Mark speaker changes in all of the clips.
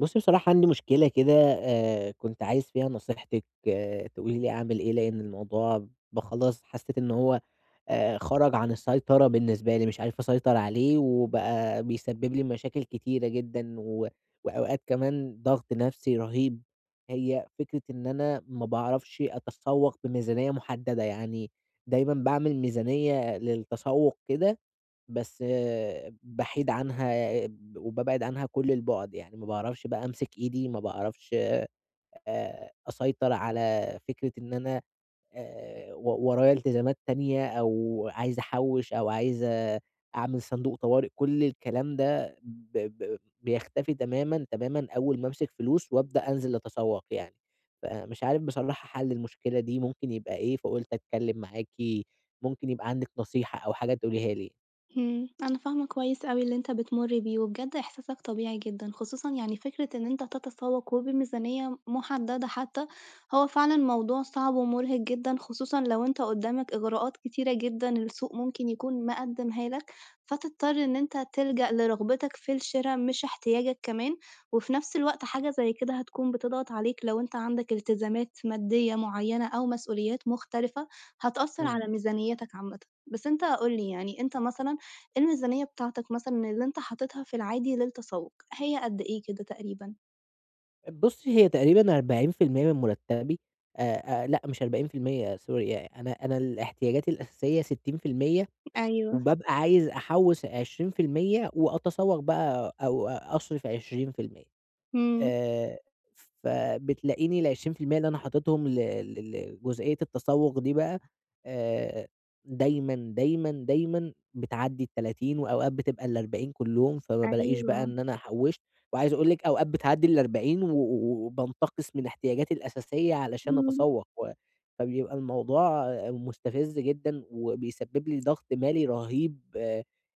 Speaker 1: بُصّي، بصراحة عندي مشكلة كده كنت عايز فيها نصيحتِك تقولي لي أعمل إيه، لإن الموضوع خلاص حسيت إن هو خرج عن السيطرة بالنسبة لي، مش عارف أسيطر عليه وبقى بيسبب لي مشاكل كتيرة جدًا وأوقات كمان ضغط نفسي رهيب. هي فكرة إن أنا ما باعرفش أتسوّق بميزانية محددة، يعني دايمًا باعمل ميزانية للتسوّق كده بس باحيد عنها وبابعد عنها كل البُعد، يعني ما باعرفش بقى أمسك إيدي، ما باعرفش أسيطر على فكرة إن أنا و ورايا التزامات تانية أو عايز أحوّش أو عايز أعمل صندوق طوارئ، كل الكلام ده ب ب بيختفي تمامًا، تمامًا أول ما أمسك فلوس وأبدأ أنزل أتسوّق يعني، فمش عارف بصراحة حَل المشكلة دي ممكن يبقى إيه، فقُلت أتكلّم معاكِ، ممكن يبقى عندِك نصيحة أو حاجة تقوليها لي.
Speaker 2: أنا فاهمة كويس أوي اللي أنت بتمُر بيه، وبجد إحساسك طبيعي جدًا، خصوصًا يعني فكرة إن أنت تتسوّق وبميزانية مُحددة حتى، هو فعلًا موضوع صعب ومُرهق جدًا، خصوصًا لو أنت قُدّامك إغراءات كتيرة جدًا السوق ممكن يكون مقدّمها لك، فتضطر إن أنت تلجأ لرغبتك في الشِرا مش احتياجك كمان، وفي نفس الوقت حاجة زي كده هتكون بتضغط عليك لو أنت عندك التزامات مادية معيّنة أو مسؤوليات مختلفة، هتأثّر
Speaker 1: إمم.
Speaker 2: على ميزانيتك عامةً. بس أنت قُل لي يعني أنت مثلًا إيه الميزانية بتاعتك مثلًا اللي أنت حاططها في العادي للتسوق، هي قد إيه كده تقريبًا؟
Speaker 1: بُصّي، هي تقريبًا 40% من مرتبي لأ، مش 40% سوري، يعني أنا الاحتياجات الأساسية 60%
Speaker 2: أيوه،
Speaker 1: وبابقى عايز أحوّش 20% وأتسوق بقى أو أصرف 20%.
Speaker 2: إمم،
Speaker 1: آآ، فبتلاقيني ال20% اللي أنا حاططهم ل ل لجزئية التسوق دي بقى، آآ، دايمًا، دايمًا، دايمًا بتعدّي ال30 وأوقات بتبقى ال40 كلّهم، فما بالاقيش بقى
Speaker 2: أيوه،
Speaker 1: إن أنا حوّشت، وعايز أقول لِك أوقات بتعدّي ال40 وبانتقص من احتياجاتي الأساسية علشان
Speaker 2: إمم،
Speaker 1: أتسوق، و فبيبقى الموضوع مستفز جدًا وبيسبب لي ضغط مالي رهيب،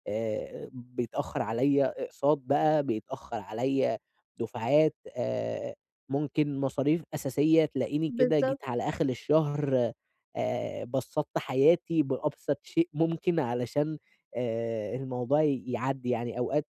Speaker 1: بيتأخّر عليّا أقساط بقى، بيتأخّر عليّا دفعات، ممكن مصاريف أساسية تلاقيني كده
Speaker 2: بالضبط،
Speaker 1: جيت على آخر الشهر. بسّطت حياتي بأبسط شيء ممكن علشان الموضوع يعدّي يعني أوقات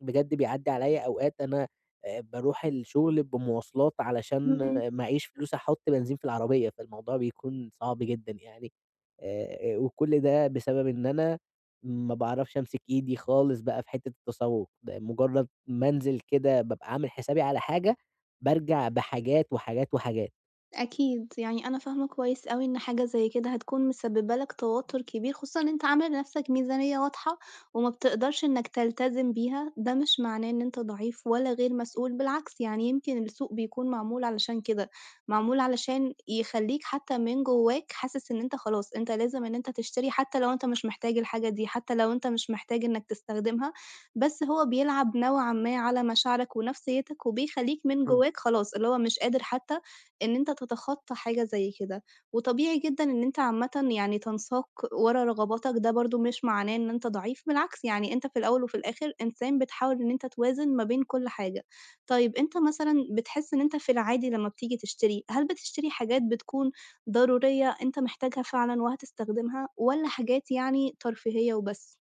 Speaker 1: بجد بيعدّي عليّا أوقات أنا باروح الشغل بمواصلات علشان
Speaker 2: إمم.
Speaker 1: معييش فلوس أحُط بنزين في العربية، فالموضوع بيكون صعب جدًا يعني. وكل ده بسبب إن أنا ما باعرفش أمسك إيدي خالص بقى في حتّة التسوّق، ده مجرّد ما أنزل كده بابقى عامل حسابي على حاجة، بارجع بحاجات، وحاجات، وحاجات.
Speaker 2: أكيد، يعني أنا فاهمة كويس أوي إن حاجة زي كده هتكون مسببة لك توتر كبير، خصوصًا إن أنت عامل لنفسك ميزانية واضحة وما بتقدرش إنك تلتزم بيها، ده مش معناه إن أنت ضعيف ولا غير مسؤول، بالعكس يعني يمكن السوق بيكون معمول علشان كده، معمول علشان يخلّيك حتى من جواك حاسس إن أنت خلاص، أنت لازم إن أنت تشتري حتى لو أنت مش محتاج الحاجة دي، حتى لو أنت مش محتاج إنك تستخدمها، بس هو بيلعب نوعًا ما على مشاعرك ونفسيتك وبيخلّيك من جواك خلاص اللي هو مش قادر حتى إن أنت تتخطى حاجة زي كده، وطبيعي جدًا إن أنت عامةً يعني تنساق ورا رغباتك، ده برضه مش معناه إن أنت ضعيف، بالعكس يعني أنت في الأول وفي الآخر إنسان بتحاول إن أنت توازن ما بين كل حاجة. طيب أنت مثلًا بتحس إن أنت في العادي لمّا بتيجي تشتري، هل بتشتري حاجات بتكون ضرورية أنت محتاجها فعلًا وهتستخدمها، والّا حاجات يعني ترفيهية وبس؟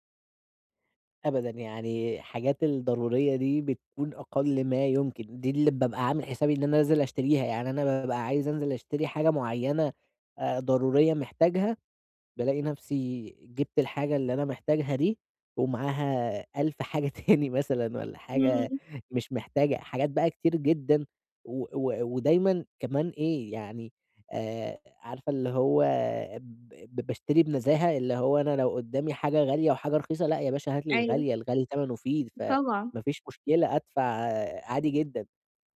Speaker 1: أبدًا، يعني الحاجات الضرورية دي بتكون أقل ما يمكن، دي اللي بابقى عامل حسابي إن أنا نازل أشتريها، يعني أنا بابقى عايز أنزل أشتري حاجة معيّنة ضرورية محتاجها، بالاقي نفسي جِبت الحاجة اللي أنا محتاجها دي، ومعاها 1000 حاجة تاني مثلًا والّا حاجة
Speaker 2: إمم،
Speaker 1: مش محتاجة، حاجات بقى كتير جدًا، و و ودايمًا كمان إيه يعني، عارفة اللي هو ب ب باشتري بنزاهة، اللي هو أنا لو قدامي حاجة غالية وحاجة رخيصة، لأ يا باشا هات لي
Speaker 2: أيوه،
Speaker 1: الغالية، الغالي تمنه فيه،
Speaker 2: طبعًا،
Speaker 1: فما فيش مشكلة أدفع عادي جدًا.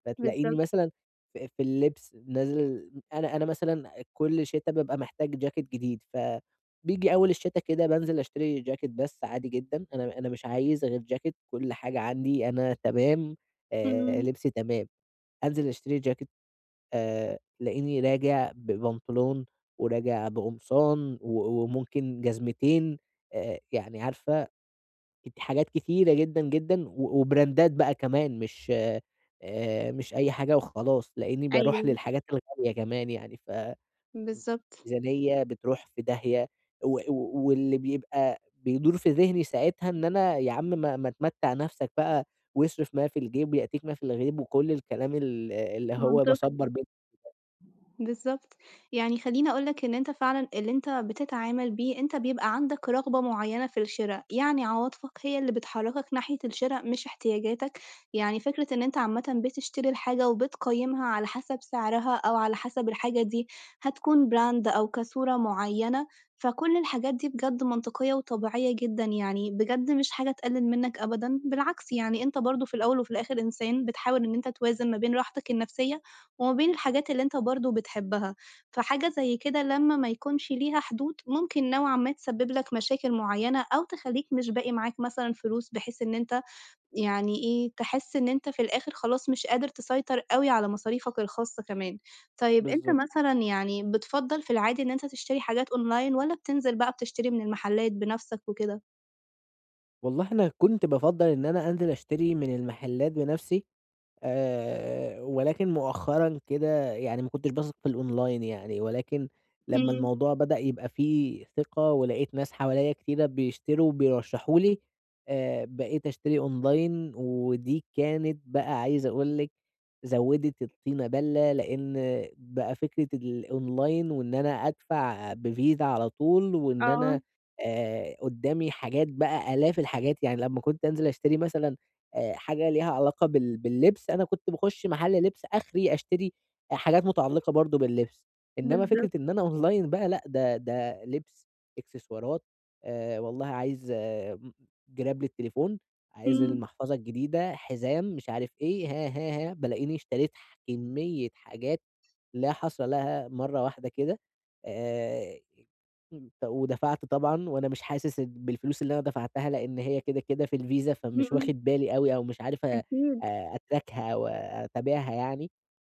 Speaker 1: فتلاقيني
Speaker 2: بالضبط،
Speaker 1: مثلًا في اللبس نازل أنا مثلًا كل شتا بابقى محتاج جاكيت جديد، فبييجي أول الشتا كده بانزل أشتري جاكيت بس عادي جدًا، أنا مش عايز غير جاكيت، كل حاجة عندي أنا تمام،
Speaker 2: إمم،
Speaker 1: لبسي تمام، أنزل أشتري جاكيت، تلاقيني راجع ببنطلون وراجع بقمصان وممكن جزمتين، يعني عارفة كت حاجات كتيرة جدًا، جدًا، وبراندات بقى كمان مش، مش أي حاجة وخلاص، لإني باروح
Speaker 2: أيوه،
Speaker 1: للحاجات الغالية كمان يعني، ف
Speaker 2: بالضبط،
Speaker 1: الميزانية بتروح في داهية و و واللي بيبقى بيدور في ذهني ساعتها إن أنا يا عم ما تمتّع نفسك بقى واصرف ما في الجيب يأتيك ما في الغيب وكل الكلام اللي هو
Speaker 2: منطقي.
Speaker 1: باصبّر بيه.
Speaker 2: بالضبط. يعني خلّيني أقول لك إن أنت فعلًا اللي أنت بتتعامل بيه، أنت بيبقى عندك رغبة معيّنة في الشِرا، يعني عواطفك هي اللي بتحرّكك ناحية الشِرا مش احتياجاتك. يعني فكرة إن أنت عامةً بتشتري الحاجة وبتقيّمها على حسب سعرها أو على حسب الحاجة دي هتكون brand أو كصورة معيّنة، فكل الحاجات دي بجد منطقية وطبيعية جدًا يعني، بجد مش حاجة تقلِّل منّك أبدًا، بالعكس يعني أنت برضه في الأول وفي الآخِر إنسان بتحاول إن أنت توازن ما بين راحتك النفسية وما بين الحاجات اللي أنت برضه بتحبها، فحاجة زي كده لمّا ما يكونش ليها حدود ممكن نوعًا ما تسبب لك مشاكل معيّنة أو تخلّيك مش باقي معاك مثلًا فلوس بحيث إن أنت يعني إيه، تحس إن أنت في الآخر خلاص مش قادر تسيطر أوي على مصاريفك الخاصة كمان. طيب أنت
Speaker 1: بالضبط.
Speaker 2: مثلًا يعني بتفضّل في العادي إن أنت تشتري حاجات أونلاين والّا بتنزل بقى بتشتري من المحلات بنَفْسك وكده؟
Speaker 1: والله أنا كنت بافضّل إن أنا أنزل أشتري من المحلات بنفسي. ولكن مؤخرًا كده يعني ما كنتش باثق في الأونلاين يعني، ولكن لمّا
Speaker 2: إمم،
Speaker 1: الموضوع بدأ يبقى فيه ثقة ولقيت ناس حواليّا كتيرة بيشتروا وبيرشحوا لي، بقيت أشتري أونلاين ودي كانت بقى عايز أقول لِك زوّدت الطينة بَلّة، لإن بقى فكرة الأونلاين وإن أنا أدفع بفيزا على طول وإن
Speaker 2: آه،
Speaker 1: أنا قدّامي حاجات بقى آلاف الحاجات، يعني لمّا كنت أنزل أشتري مثلًا حاجة ليها علاقة باللبس، أنا كنت باخُش محل لبس آخري أشتري حاجات متعلقة برضه باللبس، إنّما
Speaker 2: بالضبط،
Speaker 1: فكرة إن أنا أونلاين بقى لأ، ده لبس، إكسسوارات، والله عايز آه م جِراب للتليفون، عايز
Speaker 2: إمم،
Speaker 1: المحفظة الجديدة، حزام، مش عارف إيه، ها، ها، ها، بالاقيني اشتريت كمية حاجات لا حصر لها مرّة واحدة كده، آآ إمم، ودفعت طبعًا وأنا مش حاسس إن- بالفلوس اللي أنا دفعتها، لإن هي كده، كده في الفيزا، فمش
Speaker 2: إمم،
Speaker 1: واخد بالي أوي أو مش عارف
Speaker 2: أكيد.
Speaker 1: أتراكها أو أتابعها يعني،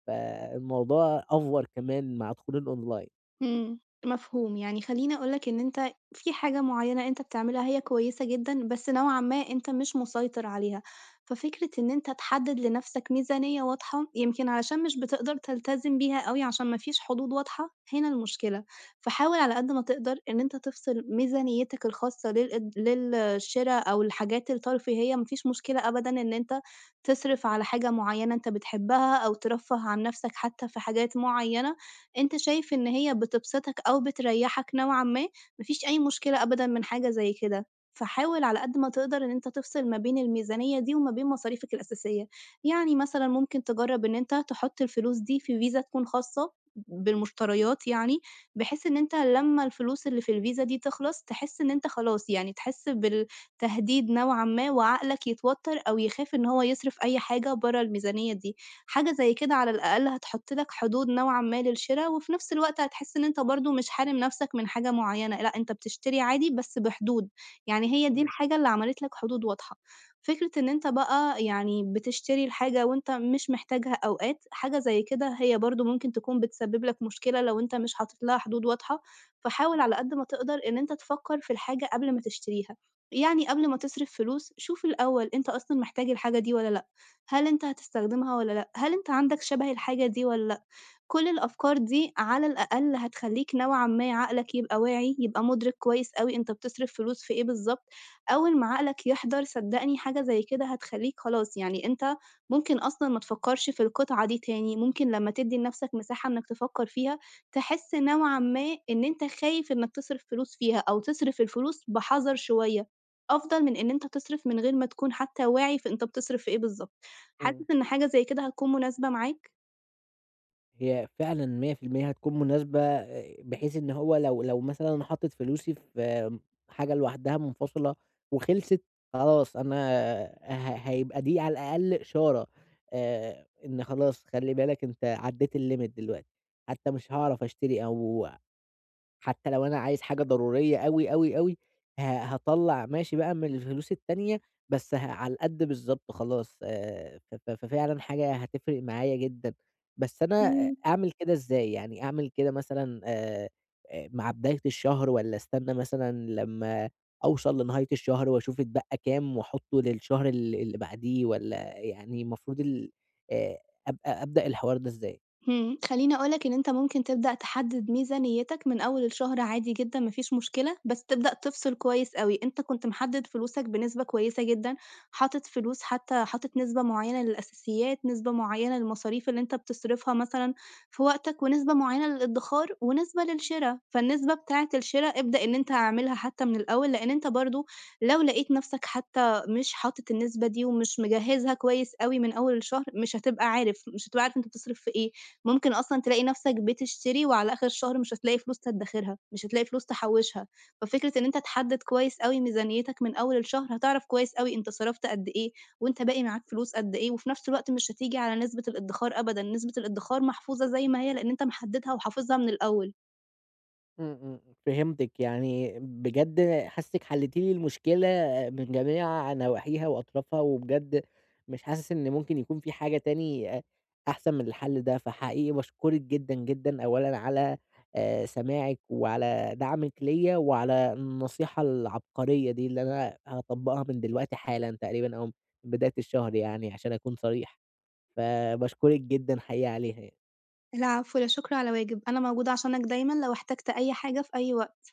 Speaker 1: فالموضوع أفور كمان مع دخول الأونلاين.
Speaker 2: إمم، مفهوم، يعني خلّيني أقول لك إن أنت في حاجة معيّنة أنت بتعملها هي كويسة جدًا، بس نوعًا ما أنت مش مسيطر عليها، ففكرة إن أنت تحدد لنفْسك ميزانية واضحة، يمكن علشان مش بتقدر تلتزم بيها أوي عشان ما فيش حدود واضحة، هنا المشكلة، فحاول على قد ما تقدر إن أنت تفصل ميزانيتك الخاصة للشِرا أو الحاجات الترفيهية، ما فيش مشكلة أبدًا إن أنت تصرف على حاجة معيّنة أنت بتحبها أو ترفّه عن نفْسك حتى في حاجات معيّنة، أنت شايف إن هي بتبسطك أو بتريّحك نوعًا ما، ما فيش أي مشكلة أبدًا من حاجة زي كده، فحاول على قد ما تقدر إن أنت تفصل ما بين الميزانية دي وما بين مصاريفك الأساسية، يعني مثلًا ممكن تجرّب إن أنت تحُط الفلوس دي في فيزا تكون خاصة بالمشتريات يعني، بحيث إن أنت لمّا الفلوس اللي في الفيزا دي تخلص تحس إن أنت خلاص يعني تحس بالتهديد نوعًا ما وعقلك يتوتر أو يخاف إن هو يصرف أي حاجة برّه الميزانية دي. حاجة زي كده على الأقل هتحط لك حدود نوعًا ما للشرا، وفي نفس الوقت هتحس إن أنت برضه مش حارم نفسك من حاجة معيّنة، لأ أنت بتشتري عادي بس بحدود، يعني هي دي
Speaker 1: إمم،
Speaker 2: الحاجة اللي عملت لك حدود واضحة. فكرة إن أنت بقى يعني بتشتري الحاجة وأنت مش محتاجها أوقات، حاجة زي كده هي برضه ممكن تكون بتسبب لك مشكلة لو أنت مش حاطط لها حدود واضحة، فحاول على قد ما تقدر إن أنت تفكر في الحاجة قبل ما تشتريها، يعني قبل ما تصرف فلوس شوف الأول أنت أصلًا محتاج الحاجة دي والّا لأ؟ هل أنت هتستخدمها والّا لأ؟ هل أنت عندك شَبَه الحاجة دي والّا لأ؟ كل الأفكار دي على الأقل هتخلّيك نوعًا ما عقلك يبقى واعي، يبقى مُدرِك كويس أوي أنت بتصرف فلوس في إيه بالضبط، أول ما عقلك يحضر صدّقني حاجة زي كده هتخلّيك خلاص، يعني أنت ممكن أصلًا ما تفكّرش في القطعة دي تاني، ممكن لمّا تدّي لنَفْسك مساحة إنّك تفكّر فيها، تحس نوعًا ما إن أنت خايف إنّك تصرف فلوس فيها أو تصرف الفلوس بحَذَر شوية، أفضل من إن أنت تصرف من غير ما تكون حتى واعي في أنت بتصرف في إيه بالضبط.
Speaker 1: إمم.
Speaker 2: حاسس إن حاجة زي كده هتكون مناسبة معاك؟
Speaker 1: هي فعلًا 100% هتكون مناسبة، بحيث إن هو لو مثلًا أنا حطيت فلوسي في حاجة لوحدها منفصلة وخلصت، خلاص أنا هيبقى دي على الأقل إشارة، إن خلاص خلّي بالك أنت عدّيت الlimit دلوقتي، حتى مش هاعرف أشتري أو حتى لو أنا عايز حاجة ضرورية أوي، أوي، أوي، ه هاطلّع ماشي بقى من الفلوس التانية، بس على القد بالضبط خلاص، ف ف ففعلًا حاجة هتفرق معايا جدًا، بس أنا
Speaker 2: إمم.
Speaker 1: أعمل كده إزاي؟ يعني أعمل كده مثلًا، مع بداية الشهر والّا أستنى مثلًا لمّا أوصل لنهاية الشهر وأشوف اتبقى كام وأحطّه للشهر اللي بعديه والّا يعني المفروض ال آآ، أبقى أبدأ الحوار ده إزاي؟
Speaker 2: خلّيني أقول لك إن أنت ممكن تبدأ تحدد ميزانيتك من أول الشهر عادي جدًا ما فيش مشكلة، بس تبدأ تفصل كويس أوي، أنت كنت محدد فلوسك بنسبة كويسة جدًا، حاطط فلوس حتى حاطط نسبة معيّنة للأساسيات، نسبة معيّنة للمصاريف اللي أنت بتصرفها مثلًا في وقتك، ونسبة معيّنة للإدخار، ونسبة للشرا، فالنسبة بتاعة الشرا ابدأ إن أنت اعملها حتى من الأول، لإن أنت برضه لو لقيت نفسك حتى مش حاطط النسبة دي ومش مجهّزها كويس أوي من أول الشهر، مش هتبقى عارف أنت بتصرف في إيه، ممكن أصلًا تلاقي نَفْسك بتشتري وعلى آخر الشهر مش هتلاقي فلوس تدّخرها، مش هتلاقي فلوس تحوّشها، ففكرة إن أنت تحدد كويس أوي ميزانيتك من أول الشهر، هتعرف كويس أوي أنت صرفت قد إيه، وأنت باقي معاك فلوس قد إيه، وفي نَفْس الوقت مش هتيجي على نسبة الإدّخار أبدًا، نسبة الإدّخار محفوظة زي ما هي لإن أنت محددها وحافظها من الأول.
Speaker 1: إمم، إمم، فهمتِك، يعني بجد حاسِسِك حلّيتِ لي المشكلة من جميع نواحيها وأطرافها، وبجد مش حاسس إن ممكن يكون في حاجة تاني أحسن من الحل ده، فحقيقي باشكرِك جدًا، جدًا أولًا على سماعِك وعلى دعمِك ليّا وعلى النصيحة العبقرية دي اللي أنا هاطبّقها من دلوقتي حالًا تقريبًا أو بداية الشهر يعني عشان أكون صريح، فباشكرِك جدًا حقيقي عليها يعني.
Speaker 2: العفو، لا شكر على واجب، أنا موجودة عشانك دايمًا لو احتجت أي حاجة في أي وقت.